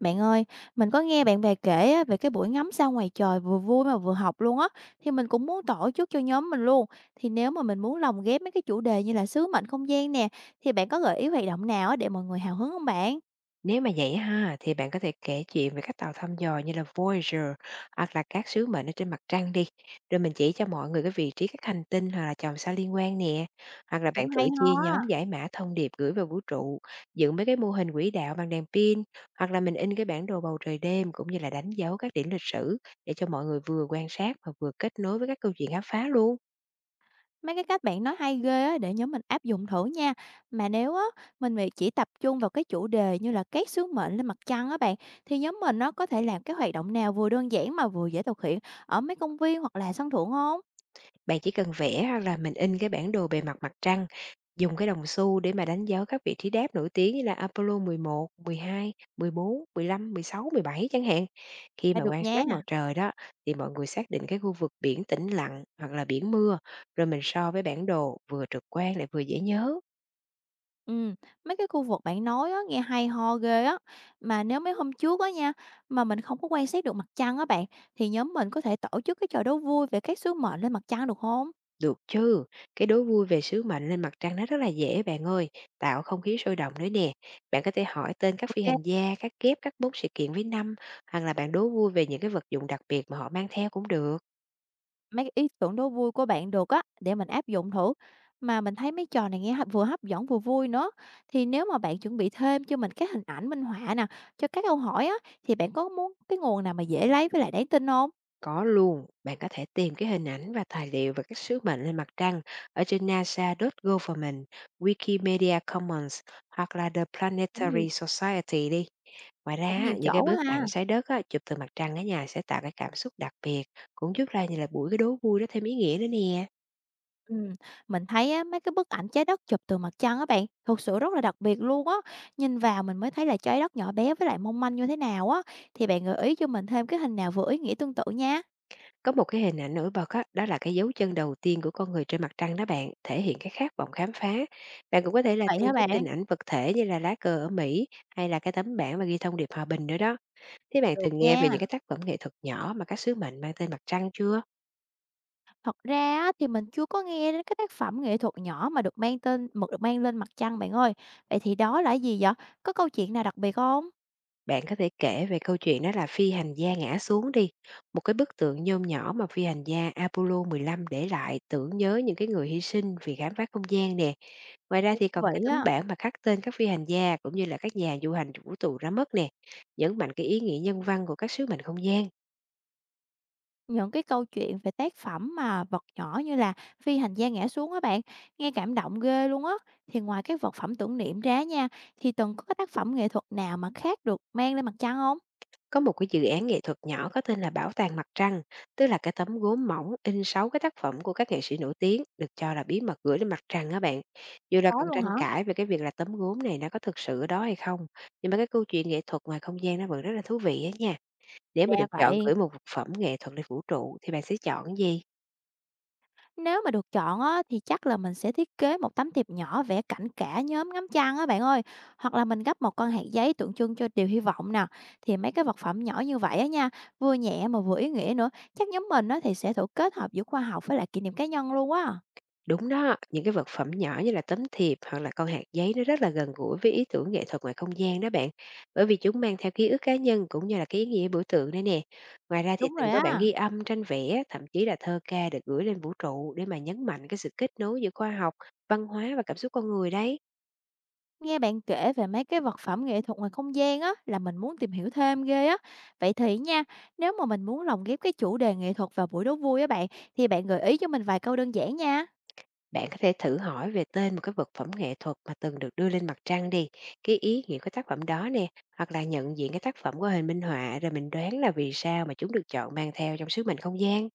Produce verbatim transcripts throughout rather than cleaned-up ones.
Bạn ơi, mình có nghe bạn bè kể á, về cái buổi ngắm sao ngoài trời vừa vui mà vừa học luôn á, thì mình cũng muốn tổ chức cho nhóm mình luôn. Thì nếu mà mình muốn lồng ghép mấy cái chủ đề như là sứ mệnh không gian nè, thì bạn có gợi ý hoạt động nào á để mọi người hào hứng không bạn? Nếu mà vậy ha, thì bạn có thể kể chuyện về các tàu thăm dò như là Voyager hoặc là các sứ mệnh ở trên mặt trăng đi. Rồi mình chỉ cho mọi người cái vị trí các hành tinh hoặc là chòm sao liên quan nè. Hoặc là bạn Cũng hay thử chia ho nhóm á. giải mã thông điệp gửi vào vũ trụ, dựng mấy cái mô hình quỹ đạo bằng đèn pin, hoặc là mình in cái bản đồ bầu trời đêm cũng như là đánh dấu các điểm lịch sử để cho mọi người vừa quan sát và vừa kết nối với các câu chuyện khám phá luôn. Mấy cái cách bạn nói hay ghê á, để nhóm mình áp dụng thử nha. Mà nếu á, mình mà chỉ tập trung vào cái chủ đề như là các sứ mệnh lên mặt trăng á bạn, thì nhóm mình nó có thể làm cái hoạt động nào vừa đơn giản mà vừa dễ thực hiện ở mấy công viên hoặc là sân thượng không? Bạn chỉ cần vẽ hoặc là mình in cái bản đồ bề mặt mặt trăng, dùng cái đồng xu để mà đánh dấu các vị trí đáp nổi tiếng như là Apollo mười một, mười hai, mười bốn, mười lăm, mười sáu, mười bảy chẳng hạn. Khi Là mà được quan nha. sát mặt trời đó thì mọi người xác định cái khu vực biển tĩnh lặng hoặc là biển mưa, rồi mình so với bản đồ vừa trực quan lại vừa dễ nhớ. Ừm, mấy cái khu vực bạn nói á, nghe hay ho ghê á. Mà nếu mấy hôm trước á nha, mà mình không có quan sát được mặt trăng á bạn, thì nhóm mình có thể tổ chức cái trò đố vui về các sứ mệnh lên mặt trăng được không? Được chứ, cái đố vui về sứ mệnh lên mặt trăng nó rất là dễ bạn ơi, tạo không khí sôi động nữa nè. Bạn có thể hỏi tên các phi Ok. hành gia, các kép, các mốc sự kiện với năm, hoặc là bạn đố vui về những cái vật dụng đặc biệt mà họ mang theo cũng được. Mấy cái ý tưởng đố vui của bạn được á, để mình áp dụng thử. Mà mình thấy mấy trò này nghe hấp vừa hấp dẫn vừa vui nữa. Thì nếu mà bạn chuẩn bị thêm cho mình các hình ảnh minh họa nè, cho các câu hỏi á, thì bạn có muốn cái nguồn nào mà dễ lấy với lại đáng tin không? Có luôn, bạn có thể tìm cái hình ảnh và tài liệu về các sứ mệnh lên mặt trăng ở trên nasa.government, Wikimedia Commons hoặc là The Cũng nhiều Planetary Society đi. Ngoài ra cũng á, nhiều những cái chỗ quá bức ha. ảnh sái đất á, chụp từ mặt trăng ở nhà sẽ tạo cái cảm xúc đặc biệt, cũng giúp ra như là buổi cái đố vui đó thêm ý nghĩa nữa nè. Ừm, mình thấy á, mấy cái bức ảnh Trái Đất chụp từ mặt trăng á bạn, thực sự rất là đặc biệt luôn á. Nhìn vào mình mới thấy là Trái Đất nhỏ bé với lại mong manh như thế nào á. Thì bạn gợi ý cho mình thêm cái hình nào vừa ý nghĩa tương tự nha. Có một cái hình ảnh nổi bật á, đó là cái dấu chân đầu tiên của con người trên mặt trăng đó bạn, thể hiện cái khát vọng khám phá. Bạn cũng có thể là Vậy hả thêm các bạn? hình ảnh vật thể như là lá cờ ở Mỹ hay là cái tấm bảng và ghi thông điệp hòa bình nữa đó. Thế bạn Được từng nghe về những nha. cái tác phẩm nghệ thuật nhỏ mà các sứ mệnh mang tên mặt trăng chưa? Thật ra á, thì mình chưa có nghe đến cái tác phẩm nghệ thuật nhỏ mà được mang tên mực được mang lên mặt trăng bạn ơi. Vậy thì đó là gì vậy? Có câu chuyện nào đặc biệt không? Bạn có thể kể về câu chuyện đó là phi hành gia ngã xuống đi, một cái bức tượng nhôm nhỏ mà phi hành gia Apollo mười lăm để lại tưởng nhớ những cái người hy sinh vì khám phá không gian nè. Ngoài ra Như thì thú còn cái vị tấm á. bảng mà khắc tên các phi hành gia cũng như là các nhà du hành vũ trụ đã mất nè, nhấn mạnh cái ý nghĩa nhân văn của các sứ mệnh không gian. Những cái câu chuyện về tác phẩm mà vật nhỏ như là phi hành gia ngã xuống á bạn, nghe cảm động ghê luôn á. Thì ngoài các vật phẩm tưởng niệm ra nha, thì từng có cái tác phẩm nghệ thuật nào mà khác được mang lên mặt trăng không? Có một cái dự án nghệ thuật nhỏ có tên là Bảo tàng Mặt Trăng, tức là cái tấm gốm mỏng in sáu cái tác phẩm của các nghệ sĩ nổi tiếng được cho là bí mật gửi lên mặt trăng á bạn. Dù là Có còn luôn tranh hả? cãi về cái việc là tấm gốm này nó có thực sự ở đó hay không, nhưng mà cái câu chuyện nghệ thuật ngoài không gian nó vẫn rất là thú vị á nha. Nếu mà Ra được chọn vậy. gửi một vật phẩm nghệ thuật lên vũ trụ thì bạn sẽ chọn gì? Nếu mà được chọn á, thì chắc là mình sẽ thiết kế một tấm thiệp nhỏ vẽ cảnh cả nhóm ngắm trăng á bạn ơi. Hoặc là mình gấp một con hạt giấy tượng trưng cho điều hy vọng nè. Thì mấy cái vật phẩm nhỏ như vậy á nha, vừa nhẹ mà vừa ý nghĩa nữa. Chắc nhóm mình á, thì sẽ thử kết hợp giữa khoa học với lại kỷ niệm cá nhân luôn á. Đúng đó, những cái vật phẩm nhỏ như là tấm thiệp hoặc là con hạt giấy nó rất là gần gũi với ý tưởng nghệ thuật ngoài không gian đó bạn. Bởi vì chúng mang theo ký ức cá nhân cũng như là cái ý nghĩa biểu tượng đấy nè. Ngoài ra thì Đúng rồi từng có bản á, ghi âm, tranh vẽ, thậm chí là thơ ca được gửi lên vũ trụ để mà nhấn mạnh cái sự kết nối giữa khoa học, văn hóa và cảm xúc con người đấy. nghe bạn kể về mấy cái vật phẩm nghệ thuật ngoài không gian á là mình muốn tìm hiểu thêm ghê á. Vậy thì nha, nếu mà mình muốn lồng ghép cái chủ đề nghệ thuật vào buổi đố vui á bạn thì bạn gợi ý cho mình vài câu đơn giản nha. Bạn có thể thử hỏi về tên một cái vật phẩm nghệ thuật mà từng được đưa lên mặt trăng đi, cái ý nghĩa của tác phẩm đó nè, hoặc là nhận diện cái tác phẩm của hình minh họa rồi mình đoán là vì sao mà chúng được chọn mang theo trong sứ mệnh không gian.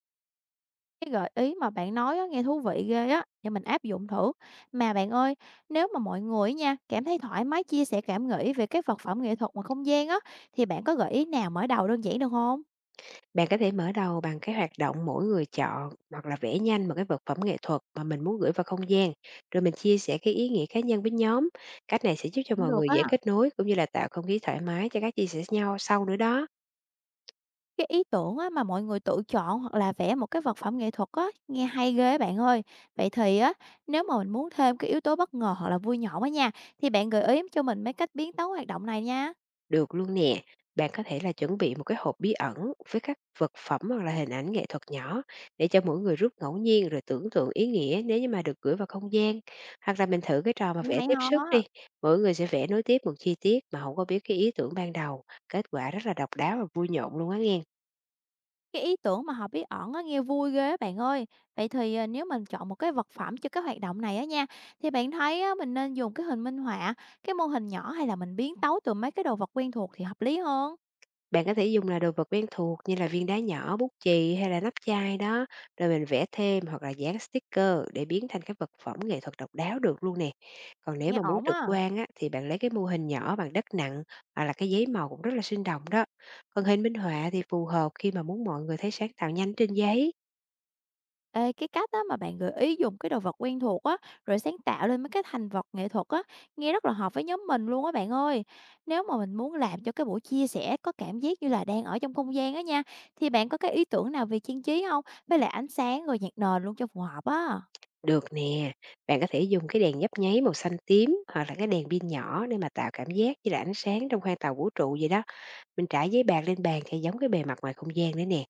Cái gợi ý mà bạn nói á, nghe thú vị ghê á để mình áp dụng thử. Mà bạn ơi, nếu mà mọi người nha cảm thấy thoải mái chia sẻ cảm nghĩ về cái vật phẩm nghệ thuật ngoài không gian á thì bạn có gợi ý nào mở đầu đơn giản được không? Bạn có thể mở đầu bằng cái hoạt động mỗi người chọn hoặc là vẽ nhanh một cái vật phẩm nghệ thuật mà mình muốn gửi vào không gian, rồi mình chia sẻ cái ý nghĩa cá nhân với nhóm. Cách này sẽ giúp cho Cũng mọi được người á. dễ kết nối cũng như là tạo không khí thoải mái cho các chia sẻ nhau sau nữa đó. Cái ý tưởng á, mà mọi người tự chọn hoặc là vẽ một cái vật phẩm nghệ thuật á, nghe hay ghê á bạn ơi. Vậy thì á, nếu mà mình muốn thêm cái yếu tố bất ngờ hoặc là vui nhộn á nha, thì bạn gợi ý cho mình mấy cách biến tấu hoạt động này nha. Được luôn nè, bạn có thể là chuẩn bị một cái hộp bí ẩn với các vật phẩm hoặc là hình ảnh nghệ thuật nhỏ để cho mỗi người rút ngẫu nhiên rồi tưởng tượng ý nghĩa nếu như mà được gửi vào không gian. Hoặc là mình thử cái trò mà Nghe vẽ hay tiếp ho sức á. đi, mỗi người sẽ vẽ nối tiếp một chi tiết mà không có biết cái ý tưởng ban đầu, kết quả rất là độc đáo và vui nhộn luôn á nghe. Cái ý tưởng mà họp bí ẩn á, nghe vui ghê á bạn ơi. Vậy thì à, nếu mình chọn một cái vật phẩm cho cái hoạt động này á nha, thì bạn thấy á, mình nên dùng cái hình minh họa, cái mô hình nhỏ hay là mình biến tấu từ mấy cái đồ vật quen thuộc thì hợp lý hơn? Bạn có thể dùng là đồ vật quen thuộc như là viên đá nhỏ, bút chì hay là nắp chai đó, rồi mình vẽ thêm hoặc là dán sticker để biến thành các vật phẩm nghệ thuật độc đáo được luôn nè. Còn nếu Nghe mà muốn ổn trực á. quan á, thì bạn lấy cái mô hình nhỏ bằng đất nặng hoặc là cái giấy màu cũng rất là sinh động đó. Còn hình minh họa thì phù hợp khi mà muốn mọi người thấy sáng tạo nhanh trên giấy. Ê, cái cách á mà bạn gợi ý dùng cái đồ vật quen thuộc á, rồi sáng tạo lên mấy cái thành vật nghệ thuật á, nghe rất là hợp với nhóm mình luôn á bạn ơi. Nếu mà mình muốn làm cho cái buổi chia sẻ có cảm giác như là đang ở trong không gian á nha, thì bạn có cái ý tưởng nào về trang trí không? Với lại ánh sáng rồi nhạc nền luôn cho phù hợp á. Được nè, bạn có thể dùng cái đèn nhấp nháy màu xanh tím hoặc là cái đèn pin nhỏ để mà tạo cảm giác như là ánh sáng trong khoang tàu vũ trụ vậy đó. Mình trải giấy bạc lên bàn thì giống cái bề mặt ngoài không gian đấy nè.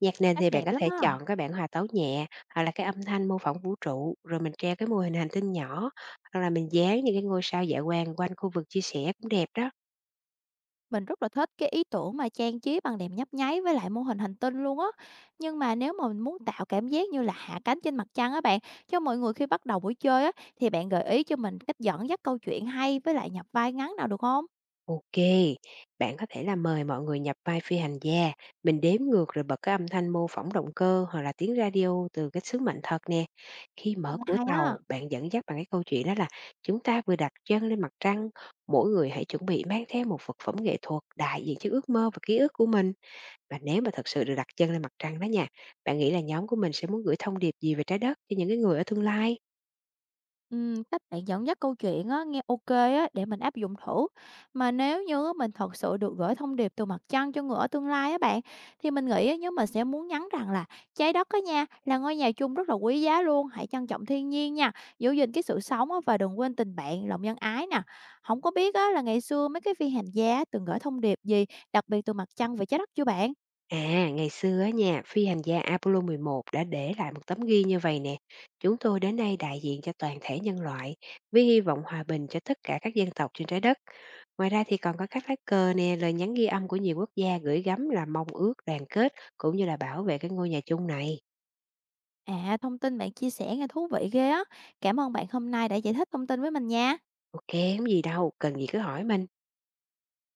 Nhạc nền Chắc thì bạn đẹp có lắm thể á. chọn các bản hòa tấu nhẹ hoặc là cái âm thanh mô phỏng vũ trụ, rồi mình treo cái mô hình hành tinh nhỏ, hoặc là mình dán những cái ngôi sao dạ quang quanh khu vực chia sẻ cũng đẹp đó. Mình rất là thích cái ý tưởng mà trang trí bằng đèn nhấp nháy với lại mô hình hành tinh luôn á. Nhưng mà nếu mà mình muốn tạo cảm giác như là hạ cánh trên mặt trăng á bạn, cho mọi người khi bắt đầu buổi chơi á, thì bạn gợi ý cho mình cách dẫn dắt câu chuyện hay với lại nhập vai ngắn nào được không? OK, bạn có thể là mời mọi người nhập vai phi hành gia, mình đếm ngược rồi bật cái âm thanh mô phỏng động cơ hoặc là tiếng radio từ cái sứ mệnh thật nè. Khi mở Nghe cửa hay á. tàu, bạn dẫn dắt bằng cái câu chuyện đó là: chúng ta vừa đặt chân lên mặt trăng, mỗi người hãy chuẩn bị mang theo một vật phẩm nghệ thuật đại diện cho ước mơ và ký ức của mình. Và nếu mà thật sự được đặt chân lên mặt trăng đó nha, bạn nghĩ là nhóm của mình sẽ muốn gửi thông điệp gì về trái đất cho những cái người ở tương lai? Ừm, cách bạn dẫn dắt câu chuyện á, nghe ok á, để mình áp dụng thử. Mà nếu như á, mình thật sự được gửi thông điệp từ mặt trăng cho người ở tương lai á bạn, thì mình nghĩ á, nhóm mình sẽ muốn nhắn rằng là trái đất á nha, là ngôi nhà chung rất là quý giá luôn, hãy trân trọng thiên nhiên nha, giữ gìn cái sự sống á, và đừng quên tình bạn, lòng nhân ái nè. Không có biết á, là ngày xưa mấy cái phi hành gia từng gửi thông điệp gì, đặc biệt từ mặt trăng về trái đất chưa bạn? À, ngày xưa á nha, phi hành gia Apollo mười một đã để lại một tấm ghi như vậy nè: chúng tôi đến đây đại diện cho toàn thể nhân loại, với hy vọng hòa bình cho tất cả các dân tộc trên trái đất. Ngoài ra thì còn có các lá cờ nè, lời nhắn ghi âm của nhiều quốc gia gửi gắm là mong ước đoàn kết cũng như là bảo vệ cái ngôi nhà chung này. À, thông tin bạn chia sẻ nghe thú vị ghê á. Cảm ơn bạn hôm nay đã giải thích thông tin với mình nha. OK, không gì đâu, cần gì cứ hỏi mình.